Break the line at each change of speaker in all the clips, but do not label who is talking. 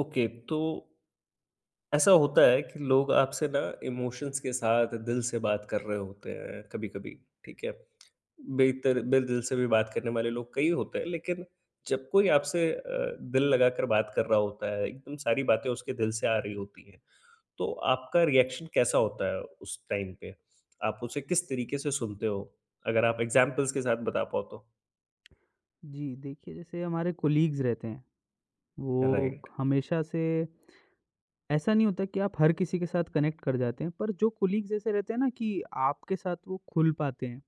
Okay, तो ऐसा होता है कि लोग आपसे ना इमोशंस के साथ दिल से बात कर रहे होते हैं कभी-कभी, ठीक है? बेहतर बे दिल से भी बात करने वाले लोग कई होते हैं, लेकिन जब कोई आपसे दिल लगाकर बात कर रहा होता है, एकदम सारी बातें उसके दिल से आ रही होती हैं, तो आपका रिएक्शन कैसा होता है उस टाइम पे? आप उसे किस तरीके से सुनते हो? अगर आप एग्ज़ाम्पल्स के साथ बता पाओ तो।
जी, देखिए, जैसे हमारे कोलीग्स रहते हैं, वो
राइट,
हमेशा से ऐसा नहीं होता कि आप हर किसी के साथ कनेक्ट कर जाते हैं, पर जो कोलीग्स ऐसे रहते हैं ना कि आपके साथ वो खुल पाते हैं,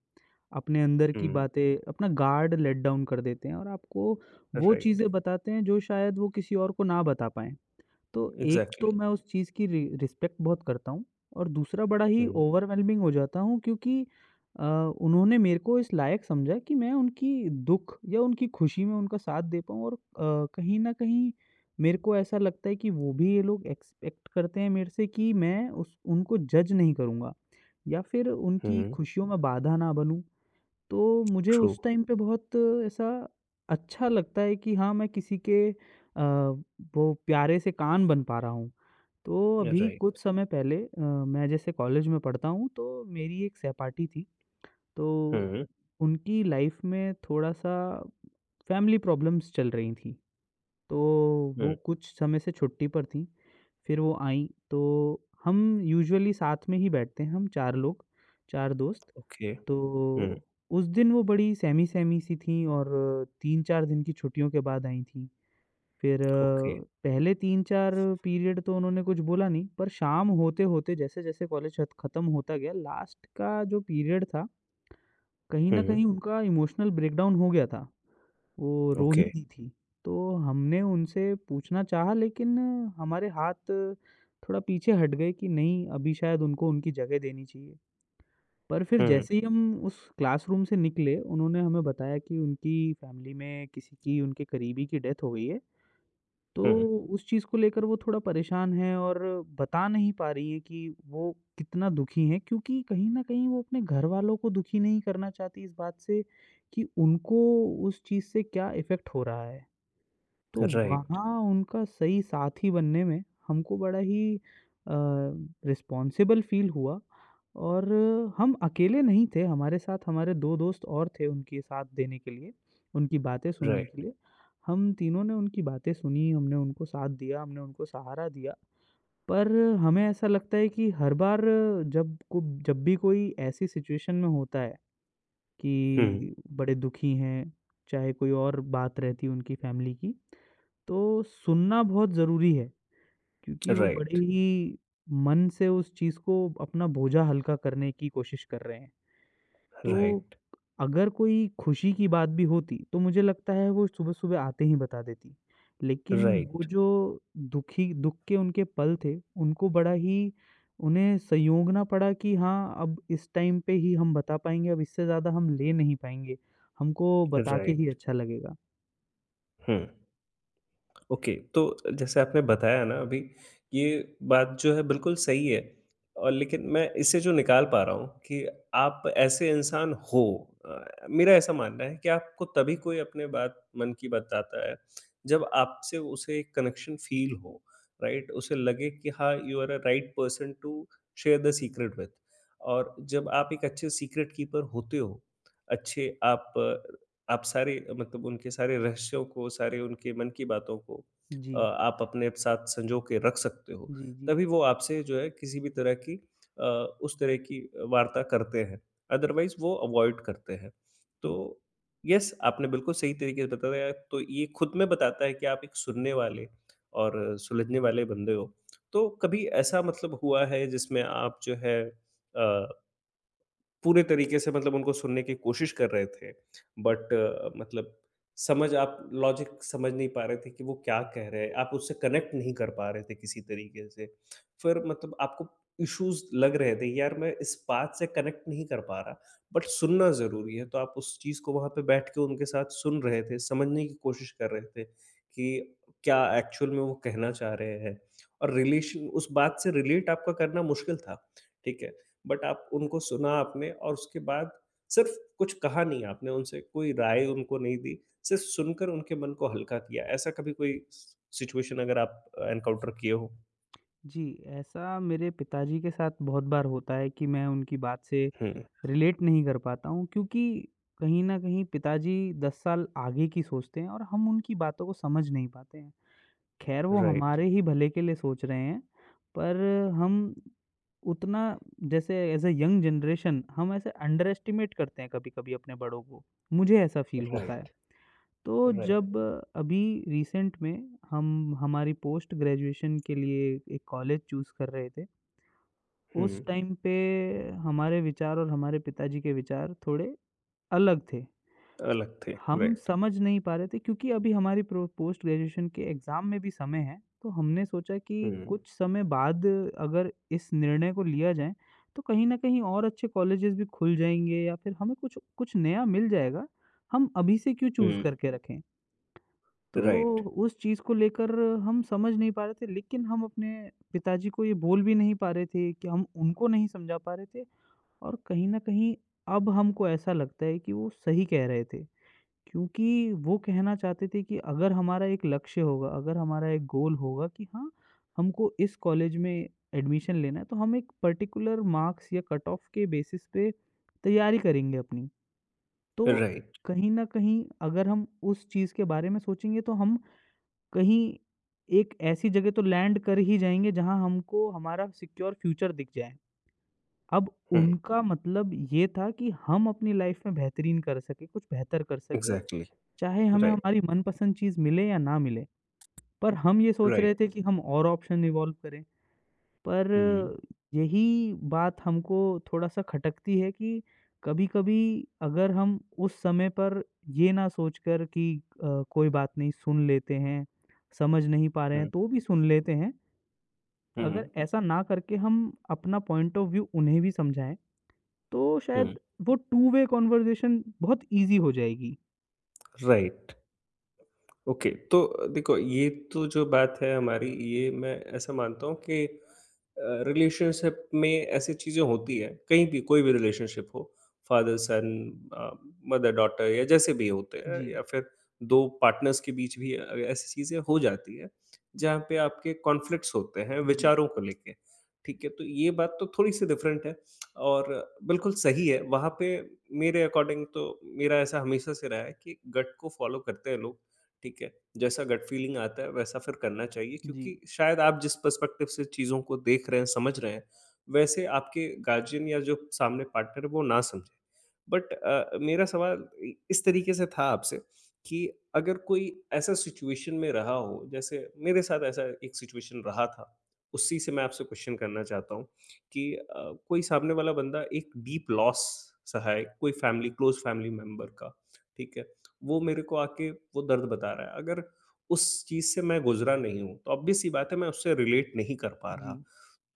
अपने अंदर की
हुँ,
बातें, अपना गार्ड लेट डाउन कर देते हैं और आपको वो
राइट,
चीज़ें बताते हैं जो शायद वो किसी और को ना बता पाएँ। तो एक
एग्ज़ैक्टली,
तो मैं उस चीज़ की रि रिस्पेक्ट बहुत करता हूँ और दूसरा बड़ा ही
हुँ,
ओवरवेल्मिंग हो जाता हूँ, क्योंकि अ, उन्होंने मेरे को इस लायक समझा कि मैं उनकी दुःख या उनकी खुशी में उनका साथ दे पाऊँ और कहीं न कहीं मेरे को ऐसा लगता है कि वो भी ये लोग एक्सपेक्ट करते हैं मेरे से कि मैं उस उनको जज नहीं करूँगा या फिर उनकी
हुँ,
खुशियों में बाधा ना बनूँ। तो मुझे
ट्रू,
उस टाइम पे बहुत ऐसा अच्छा लगता है कि हाँ, मैं किसी के वो प्यारे से कान बन पा रहा हूँ। तो अभी कुछ
राइट।
समय पहले मैं जैसे कॉलेज में पढ़ता हूँ, तो मेरी एक सहपाठी थी, तो
Mhm,
उनकी लाइफ़ में थोड़ा-सा फैमिली प्रॉब्लम्स चल रही थी। तो वो
mhm.
कुछ समय से छुट्टी पर थीं, फिर वो आईं, तो हम यूजुअली साथ में ही बैठते हैं, हम 4 लोग, 4 दोस्त।
Okay. Mhm.
तो उस दिन वो बड़ी सहमी-सहमी सी थीं और 3-4 दिन की छुट्टियों के बाद आई थीं। फिर
Okay.
पहले 3-4 पीरियड तो उन्होंने कुछ बोला नहीं, पर शाम होते-होते, जैसे-जैसे कॉलेज खत खत्म होता गया, लास्ट का जो पीरियड था, कहीं न कहीं
Mhm.
उनका इमोशनल ब्रेकडाउन हो गया था। वो रो ही
Okay.
दी थी। तो हमने उनसे पूछना चाहा, लेकिन हमारे हाथ थोड़ा पीछे हट गए कि नहीं, अभी शायद उनको उनकी जगह देनी चाहिए। पर फिर
Mhm.
जैसे ही हम उस क्लासरूम से निकले, उन्होंने हमें बताया कि उनकी फैमिली में किसी की, उनके करीबी की डेथ हो गई है। तो
Mhm.
उस चीज़ को लेकर वो थोड़ा परेशान हैं और बता नहीं पा रही हैं कि वो कितना दुखी हैं, क्योंकि कहीं न कहीं वो अपने घरवालों को दुखी नहीं करना चाहती इस बात से कि उनको उस चीज़ से क्या इफ़ेक्ट हो रहा है। तो
Right.
वहाँ उनका सही साथी बनने में हमको बड़ा ही अ, रिस्पॉन्सिबल फ़ील हुआ, और हम अकेले नहीं थे, हमारे साथ हमारे 2 दोस्त और थे उनके साथ देने के लिए, उनकी बातें सुनने
Right.
के लिए। हम तीनों ने उनकी बातें सुनी, हमने उनको साथ दिया, हमने उनको सहारा दिया। पर हमें ऐसा लगता है कि हर बार जब को जब भी कोई ऐसी सिचुएशन में होता है
Mhm.
कि बड़े दुखी हैं, चाहे कोई और बात रहती है उनकी फैमिली की, तो सुनना बहुत ज़रूरी है, क्योंकि वो बड़े
Right.
ही मन से उस चीज़ को, अपना बोझा हल्का करने की कोशिश कर रहे हैं। तो
Right.
अगर कोई खुशी की बात भी होती, तो मुझे लगता है वो सुबह-सुबह आते ही बता देती। लेकिन वो
Right.
जो दुखी दुःख के उनके पल थे, उनको बड़ा ही उन्हें संयोगना पड़ा कि हाँ, अब इस टाइम पे ही हम बता पाएँगे, अब इससे ज़्यादा हम ले नहीं पाएँगे। हमको बता के
Right.
ही अच्छा लगेगा।
Hmm. ओके, तो जैसे आपने बताया ना अभी, ये बात जो है बिल्कुल सही है और लेकिन मैं इससे जो निकाल पा रहा हूँ कि आप ऐसे इंसान हो, अ, मेरा ऐसा मानना है कि आपको तभी कोई अपने बात मन की बताता है, जब आपसे उसे एक कनेक्शन फ़ील हो, राइट? उसे लगे कि हाँ, you are a right person to share the secret with. और जब आप एक अच्छे सीक्रेट कीपर होते हो, अच्छे आप सारे मतलब उनके सारे रहस्यों को, सारे उनके मन की बातों को
जी,
आप अपने साथ सँजो के रख सकते हो।
जी, जी।
तभी वो आपसे जो है किसी भी तरह की अ, उस तरह की वार्ता करते हैं, अदरवाइज़ वो अवॉइड करते हैं। तो येस, आपने बिल्कुल सही तरीके से बताया तो ये खुद में बताता है कि आप एक सुनने वाले और सुलझने वाले बंदे हो। तो कभी ऐसा मतलब हुआ है जिसमें आप जो है अ पूरे तरीके से मतलब उनको सुनने की कोशिश कर रहे थे। बट मतलब समझ आप लॉजिक समझ नहीं पा रहे थे कि वो क्या कह रहे हैं, आप उससे कनेक्ट नहीं कर पा रहे थे किसी तरीके से। फिर मतलब आपको इश्यूज़ लग रहे थे, यार मैं इस बात से कनेक्ट नहीं कर पा रहा, बट सुनना ज़रूरी है। तो आप उस चीज़ को वहाँ पे बैठ के उनके साथ सुन रहे थे, समझने की कोशिश कर रहे थे कि क्या एक्चुअल में वो कहना चाह रहे हैं और रिलेशन उस बात से रिलेट आपका करना मुश्किल था, ठीक है? बट आप उनको सुना आपने और उसके बाद सिर्फ कुछ कहा नहीं आपने उनसे, कोई राय उनको नहीं दी, सिर्फ सुनकर उनके मन को हल्का किया। ऐसा कभी कोई सि सिचुएशन अगर आप एनकाउंटर किए हो?
जी, ऐसा मेरे पिताजी के साथ बहुत बार होता है कि मैं उनकी बात से
हुँ,
रिलेट नहीं कर पाता हूँ, क्योंकि कहीं न कहीं पिताजी 10 साल आगे की सोचते हैं और हम उनकी बातों को समझ नहीं पाते हैं। ख़ैर, वो
राइट।
हमारे ही भले के लिए सोच रहे हैं, पर हम उतना, जैसे एज़ अ यंग जनरेशन, हम ऐसे अंडर एस्टिमेट करते हैं कभी-कभी अपने बड़ों को। मुझे ऐसा फ़ील होता है।
राइट,
तो
राइट।
जब अभी रिसेंट में हम हमारी पोस्ट ग्रेजुएशन के लिए एक कॉलेज चूज़ कर रहे थे, उस
हुँ,
टाइम पे हमारे विचार और हमारे पिताजी के विचार थोड़े अलग थे।
अलग थे,
हम
राइट।
समझ नहीं पा रहे थे, क्योंकि अभी हमारी प्रो पोस्ट ग्रेजुएशन के एग्ज़ाम में भी समय है, तो हमने सोचा कि
हुँ,
कुछ समय बाद अगर इस निर्णय को लिया जाए, तो कहीं न कहीं और अच्छे कॉलेजेस भी खुल जाएँगे या फिर हमें कुछ कुछ नया मिल जाएगा। हम अभी से क्यों चूज़
हुँ।
करके रखें?
राइट,
तो उस चीज़ को लेकर हम समझ नहीं पा रहे थे, लेकिन हम अपने पिताजी को ये बोल भी नहीं पा रहे थे कि हम उनको नहीं समझा पा रहे थे, और कहीं न कहीं अब हमको ऐसा लगता है कि वो सही कह रहे थे। क्योंकि वो कहना चाहते थे कि अगर हमारा एक लक्ष्य होगा, अगर हमारा एक गोल होगा कि हाँ, हमको इस कॉलेज में एडमिशन लेना है, तो हम एक पर्टिकुलर मार्क्स या कट ऑफ के बेसिस पे तैयारी करेंगे अपनी। तो
राइट।
कहीं न कहीं अगर हम उस चीज़ के बारे में सोचेंगे, तो हम कहीं एक ऐसी जगह तो लैंड कर ही जाएँगे, जहाँ हमको हमारा सिक्योर फ्यूचर दिख जाए। अब
हुँ,
उनका मतलब ये था कि हम अपनी लाइफ में बेहतरीन कर सकें, कुछ बेहतर कर सकें,
एग्ज़ैक्टली,
चाहे हमें
राइट,
हमारी मनपसंद चीज़ मिले या ना मिले। पर हम ये सोच रहे
राइट।
थे कि हम और ऑप्शन इवॉल्व करें। पर
हुँ,
यही बात हमको थोड़ा-सा खटकती है कि कभी-कभी अगर हम उस समय पर ये ना सोचकर कि कोई बात नहीं, सुन लेते हैं, समझ नहीं पा रहे हैं
हुँ,
तो भी सुन लेते हैं।
हुँ,
अगर ऐसा ना करके हम अपना पॉइंट ऑफ व्यू उन्हें भी समझाएँ, तो
हुँ,
शायद वो टू वे कन्वर्सेशन बहुत ईज़ी हो जाएगी।
राइट। ओके, तो देखो ये तो जो बात है हमारी ये मैं ऐसा मानता हूँ कि अ, रिलेशनशिप में ऐसी चीज़ें होती हैं, कहीं भी कोई भी रिलेशनशिप हो, फादर-सन, अ, मदर-डॉटर या जैसे भी होते हैं
जी,
या फिर 2 पार्टनर्स के बीच भी ऐसी चीज़ें हो जाती हैं, जहाँ पे आपके कॉन्फ्लिक्ट्स होते हैं
जी,
विचारों को लेके, ठीक है? तो ये बात तो थोड़ी-सी डिफरेंट है और बिल्कुल सही है, वहाँ पे मेरे अकॉर्डिंग तो मेरा ऐसा हमेशा से रहा है कि गट को फ़ॉलो करते हैं लोग। ठीक है? जैसा गट फीलिंग आता है वैसा फिर करना चाहिए
जी,
क्योंकि शायद आप जिस पर्सपेक्टिव से चीज़ों को देख रहे हैं, समझ रहे हैं, वैसे आपके गार्जियन या जो सामने पार्टनर है वो ना समझे। बट मेरा सवाल इ इस तरीके से था आपसे कि अगर कोई ऐसा सिचुएशन में रहा हो, जैसे मेरे साथ ऐसा एक सिचुएशन रहा था, उसी से मैं आपसे क्वेश्चन करना चाहता हूँ कि कोई सामने वाला बंदा एक डीप लॉस सहा है, कोई फैमिली क्लोज़ फैमिली मेंबर का, ठीक है? वो मेरे को आके वो दर्द बता रहा है। अगर उस चीज़ से मैं गुज़रा नहीं हूँ, तो ऑब्वियस सी बात है मैं उससे रिलेट नहीं कर पा रहा।
जी।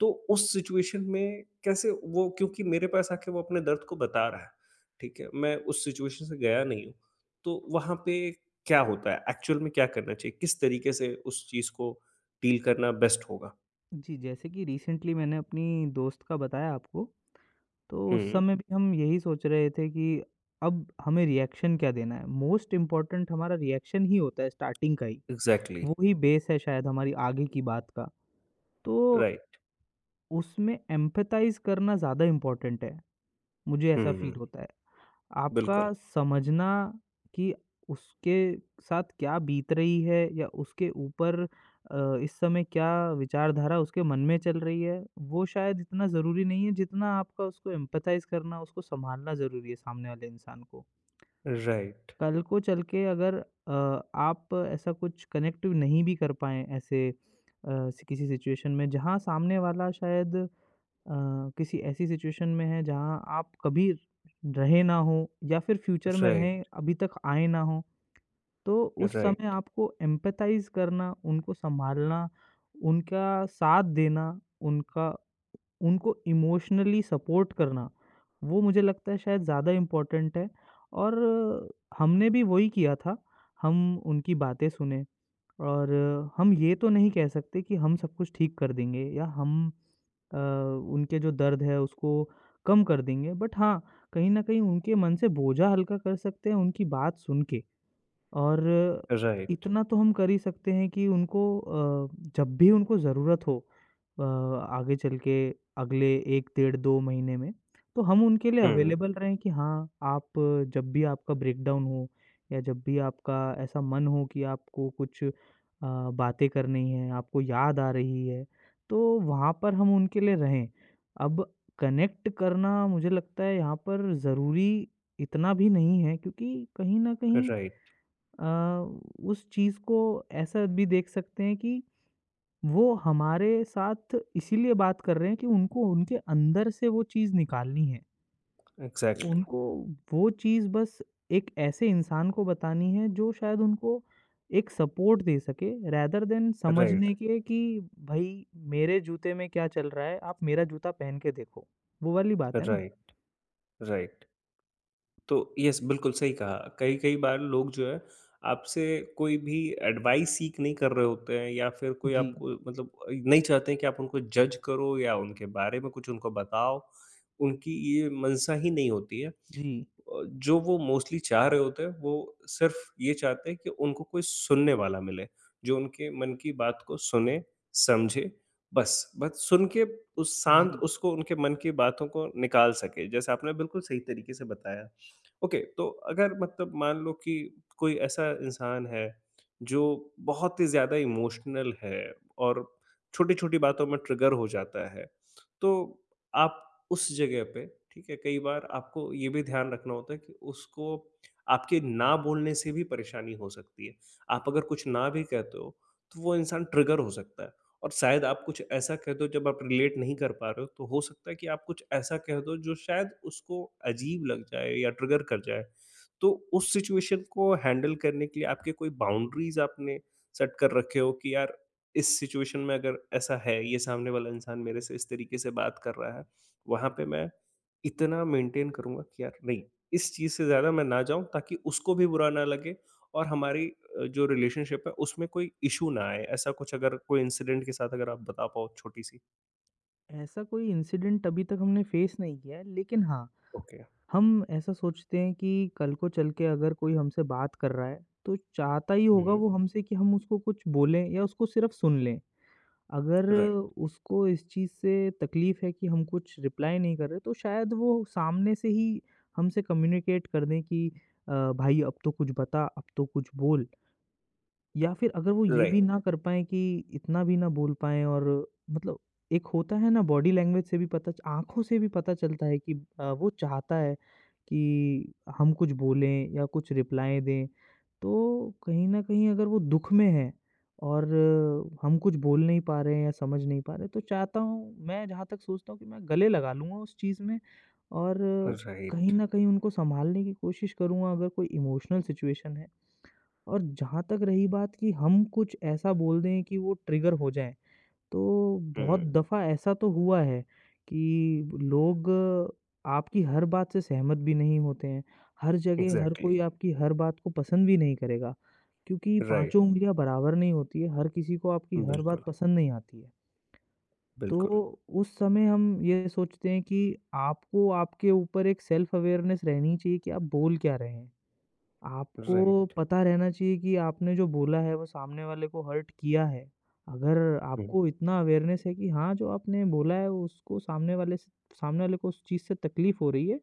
तो उस सिचुएशन में कैसे वो क्योंकि मेरे पास आके वो अपने दर्द को बता रहा है, ठीक है? मैं उस सिचुएशन से गया नहीं हूँ। तो वहाँ पे क्या होता है? एक्चुअल में क्या करना चाहिए? किस तरीके से उस चीज़ को डील करना बेस्ट होगा?
जी, जैसे कि रिसेंटली मैंने अपनी दोस्त का बताया आपको। तो उस
हुँ,
समय भी हम यही सोच रहे थे कि अब हमें रिएक्शन क्या देना है। मोस्ट इम्पोर्टेंट हमारा रिएक्शन ही होता है स्टार्टिंग का ही।
एग्ज़ैक्टली,
वो ही बेस है शायद हमारी आगे की बात का। तो
राइट।
उसमें एम्पैथाइज़ करना ज़्यादा इम्पोर्टेंट है। मुझे ऐसा
हुँ,
फ़ील होता है। आपका
बिल्कुल।
समझना कि उसके साथ क्या बीत रही है या उसके ऊपर इस समय क्या विचारधारा उसके मन में चल रही है, वो शायद इतना ज़रूरी नहीं है जितना आपका उसको एम्पैथाइज़ करना, उसको सँभालना ज़रूरी है सामने वाले इंसान को।
राइट,
कल को चल के अगर अ, आप ऐसा कुछ कनेक्ट नहीं भी कर पाएँ ऐसे किसी सिचुएशन में, जहाँ सामने वाला शायद किसी ऐसी सिचुएशन में है, जहाँ आप कभी रहे ना हो या फिर फ्यूचर में रहें
राइट,
अभी तक आए ना हो, तो उस समय
राइट,
आपको एम्पैथाइज़ करना, उनको सँभालना, उनका साथ देना, उनका उनको इमोशनली सपोर्ट करना, वो मुझे लगता है शायद ज़्यादा इम्पोर्टेंट है, और हमने भी वही किया था। हम उनकी बातें सुने, और हम ये तो नहीं कह सकते कि हम सब कुछ ठीक कर देंगे या हम उनके जो दर्द है उसको कम कर देंगे, बट हाँ, कहीं न कहीं उनके मन से बोझा हल्का कर सकते हैं उनकी बात सुन के। और
राइट।
इतना तो हम कर ही सकते हैं कि उनको जब भी उनको ज़रूरत हो, आगे चल के अगले 1 डेढ़ 2 महीने में, तो हम उनके लिए
हुँ,
अवेलेबल रहें कि हाँ, आप जब भी आपका ब्रेकडाउन हो या जब भी आपका ऐसा मन हो कि आपको कुछ बातें करनी है, आपको याद आ रही है, तो वहाँ पर हम उनके लिए रहें। अब कनेक्ट करना मुझे लगता है यहाँ पर ज़रूरी इतना भी नहीं है, क्योंकि कहीं न कहीं
राइट,
अ, उस चीज़ को ऐसा भी देख सकते हैं कि वो हमारे साथ इसीलिए बात कर रहे हैं कि उनको उनके अंदर से वो चीज़ निकालनी है।
एग्ज़ैक्टली।
उनको वो चीज़ बस एक ऐसे इंसान को बतानी है, जो शायद उनको एक सपोर्ट दे सके, रेदर देन
राइट,
समझने के कि भाई मेरे जूते में क्या चल रहा है, आप मेरा जूता पहन के देखो। वो वाली बात है ना?
Right, right. तो यस, बिल्कुल सही कहा। कई-कई बार लोग जो है, आपसे कोई भी एडवाइस सीक नहीं कर रहे होते हैं या फिर कोई
जी,
आपको मतलब नहीं चाहते हैं कि आप उनको जज करो या उनके बारे में कुछ उनको बताओ। उनकी ये मंशा ही नहीं होती है।
जी,
जो वो मोस्टली चाह रहे होते हैं वो सिर्फ़ ये चाहते हैं कि उनको कोई सुनने वाला मिले, जो उनके मन की बात को सुने, समझे, बस। बस सुन के उस शांत
जी।
उसको उनके मन की बातों को निकाल सके, जैसे आपने बिल्कुल सही तरीके से बताया। ओके, तो अगर मतलब मान लो कि कोई ऐसा इंसान है, जो बहुत ही ज़्यादा इमोशनल है और छोटी-छोटी बातों में ट्रिगर हो जाता है, तो आप उस जगह पे ठीक है कई बार आपको ये भी ध्यान रखना होता है कि उसको आपके ना बोलने से भी परेशानी हो सकती है। आप अगर कुछ ना भी कहते हो तो वो इंसान ट्रिगर हो सकता है और शायद आप कुछ ऐसा कह दो जब आप रिलेट नहीं कर पा रहे हो तो हो सकता है कि आप कुछ ऐसा कह दो जो शायद उसको अजीब लग जाए या ट्रिगर कर जाए। तो उस सिचुएशन को हैंडल करने के लिए आपके कोई बाउंड्रीज़ आपने सेट कर रखे हो कि यार इस सिचुएशन में अगर ऐसा है, ये सामने वाला इंसान मेरे से इस तरीके से बात कर रहा है वहाँ पे मैं इतना मेंटेन करूँगा कि यार नहीं, इस चीज़ से ज़्यादा मैं ना जाऊँ ताकि उसको भी बुरा ना लगे और हमारी जो रिलेशनशिप है उसमें कोई इश्यू ना आए। ऐसा कुछ अगर कोई इंसिडेंट के साथ अगर आप बता पाओ छोटी-सी?
ऐसा कोई इंसिडेंट अभी तक हमने फेस नहीं किया है, लेकिन हाँ,
ओके।
हम ऐसा सोचते हैं कि कल को चल के अगर कोई हमसे बात कर रहा है, तो चाहता ही होगा
हुँ,
वो हमसे कि हम उसको कुछ बोलें या उसको सिर्फ़ सुन लें। अगर
राइट,
उसको इस चीज़ से तकलीफ़ है कि हम कुछ रिप्लाई नहीं कर रहे, तो शायद वो सामने से ही हमसे कम्युनिकेट कर दें कि भाई अब तो कुछ बता, अब तो कुछ बोल। या फिर अगर वो ये भी
राइट,
ना कर पाएँ कि इतना भी ना बोल पाएँ, और मतलब एक होता है ना, बॉडी लैंग्वेज से भी पता च आँखों से भी पता चलता है कि वो चाहता है कि हम कुछ बोलें या कुछ रिप्लाई दें। तो कहीं न कहीं अगर वो दुःख में है, और हम कुछ बोल नहीं पा रहे हैं या समझ नहीं पा रहे, तो चाहता हूँ, मैं जहाँ तक सोचता हूँ कि मैं गले लगा लूँगा उस चीज़ में और आ, कहीं
राइट।
न कहीं उनको सँभालने की कोशिश करूँगा, अगर कोई इमोशनल सिचुएशन है। और जहाँ तक रही बात कि हम कुछ ऐसा बोल दें कि वो ट्रिगर हो जाएँ, तो बहुत
हुँ,
दफ़ा ऐसा तो हुआ है कि लोग आपकी हर बात से सहमत भी नहीं होते हैं। हर जगह हर
एग्ज़ैक्टली,
कोई आपकी हर बात को पसंद भी नहीं करेगा, क्योंकि
राइट,
पाँचों उँगलियाँ बराबर नहीं होती है, हर किसी को आपकी हर
बिल्कुल,
बात पसंद नहीं आती है। तो
बिल्कुल,
उस समय हम ये सोचते हैं कि आपको आपके ऊपर एक सेल्फ अवेयरनेस रहनी चाहिए कि आप बोल क्या रहे हैं। आपको
राइट।
पता रहना चाहिए कि आपने जो बोला है, वो सामने वाले को हर्ट किया है। अगर
हुँ,
आपको इतना अवेयरनेस है कि हाँ, जो आपने बोला है, वो उसको सामने वाले को उस चीज़ से तकलीफ़ हो रही है,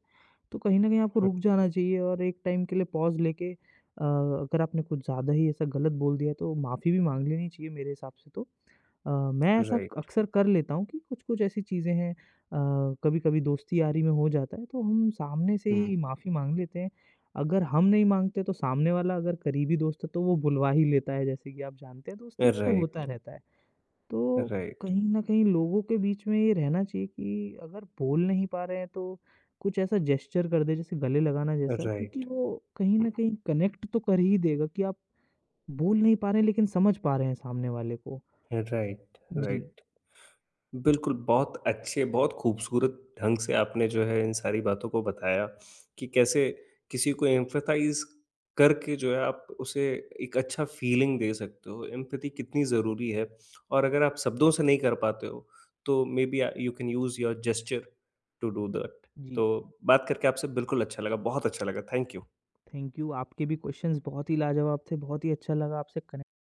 तो कहीं न कहीं आपको
हुँ,
रुक जाना चाहिए, और एक टाइम के लिए पॉज़ लेके, अगर आपने कुछ ज़्यादा ही ऐसा गलत बोल दिया, तो माफ़ी भी माँग लेनी चाहिए मेरे हिसाब से तो। मैं ऐसा
राइट,
अक्सर कर लेता हूँ कि कुछ-कुछ ऐसी चीज़ें हैं, कभी-कभी दोस्ती यारी में हो जाता है, तो हम सामने से ही
हुँ,
माफ़ी माँग लेते हैं। अगर हम नहीं माँगते, तो सामने वाला, अगर करीबी दोस्त है, तो वो बुलवा ही लेता है, जैसे कि आप जानते हैं दोस्ती में तो होता
राइट,
रहता है। तो
राइट,
कहीं न कहीं लोगों के बीच में ये रहना चाहिए कि अगर बोल नहीं पा रहे हैं तो कुछ ऐसा जेस्चर कर दें जैसे गले लगाना जैसा, क्योंकि
राइट,
वो कहीं
हुँ,
न कहीं कनेक्ट तो कर ही देगा कि आप बोल नहीं पा रहे हैं, लेकिन समझ पा रहे हैं सामने वाले को।
राइट,
जी,
राइट। बिल्कुल, बहुत अच्छे, बहुत खूबसूरत ढंग से आपने जो है इन सारी बातों को बताया कि कैसे किसी को एम्पैथाइज़ करके जो है आप उसे एक अच्छा फ़ीलिंग दे सकते हो। एम्पैथी कितनी ज़रूरी है और अगर आप शब्दों से नहीं कर पाते हो, तो maybe you can use your gesture to do that.
जी।
तो बात करके आपसे बिल्कुल अच्छा लगा, बहुत अच्छा लगा। Thank you.
Thank you. आपके भी क्वेश्चंस बहुत ही लाजवाब थे। बहुत ही अच्छा लगा आपसे कनेक्ट।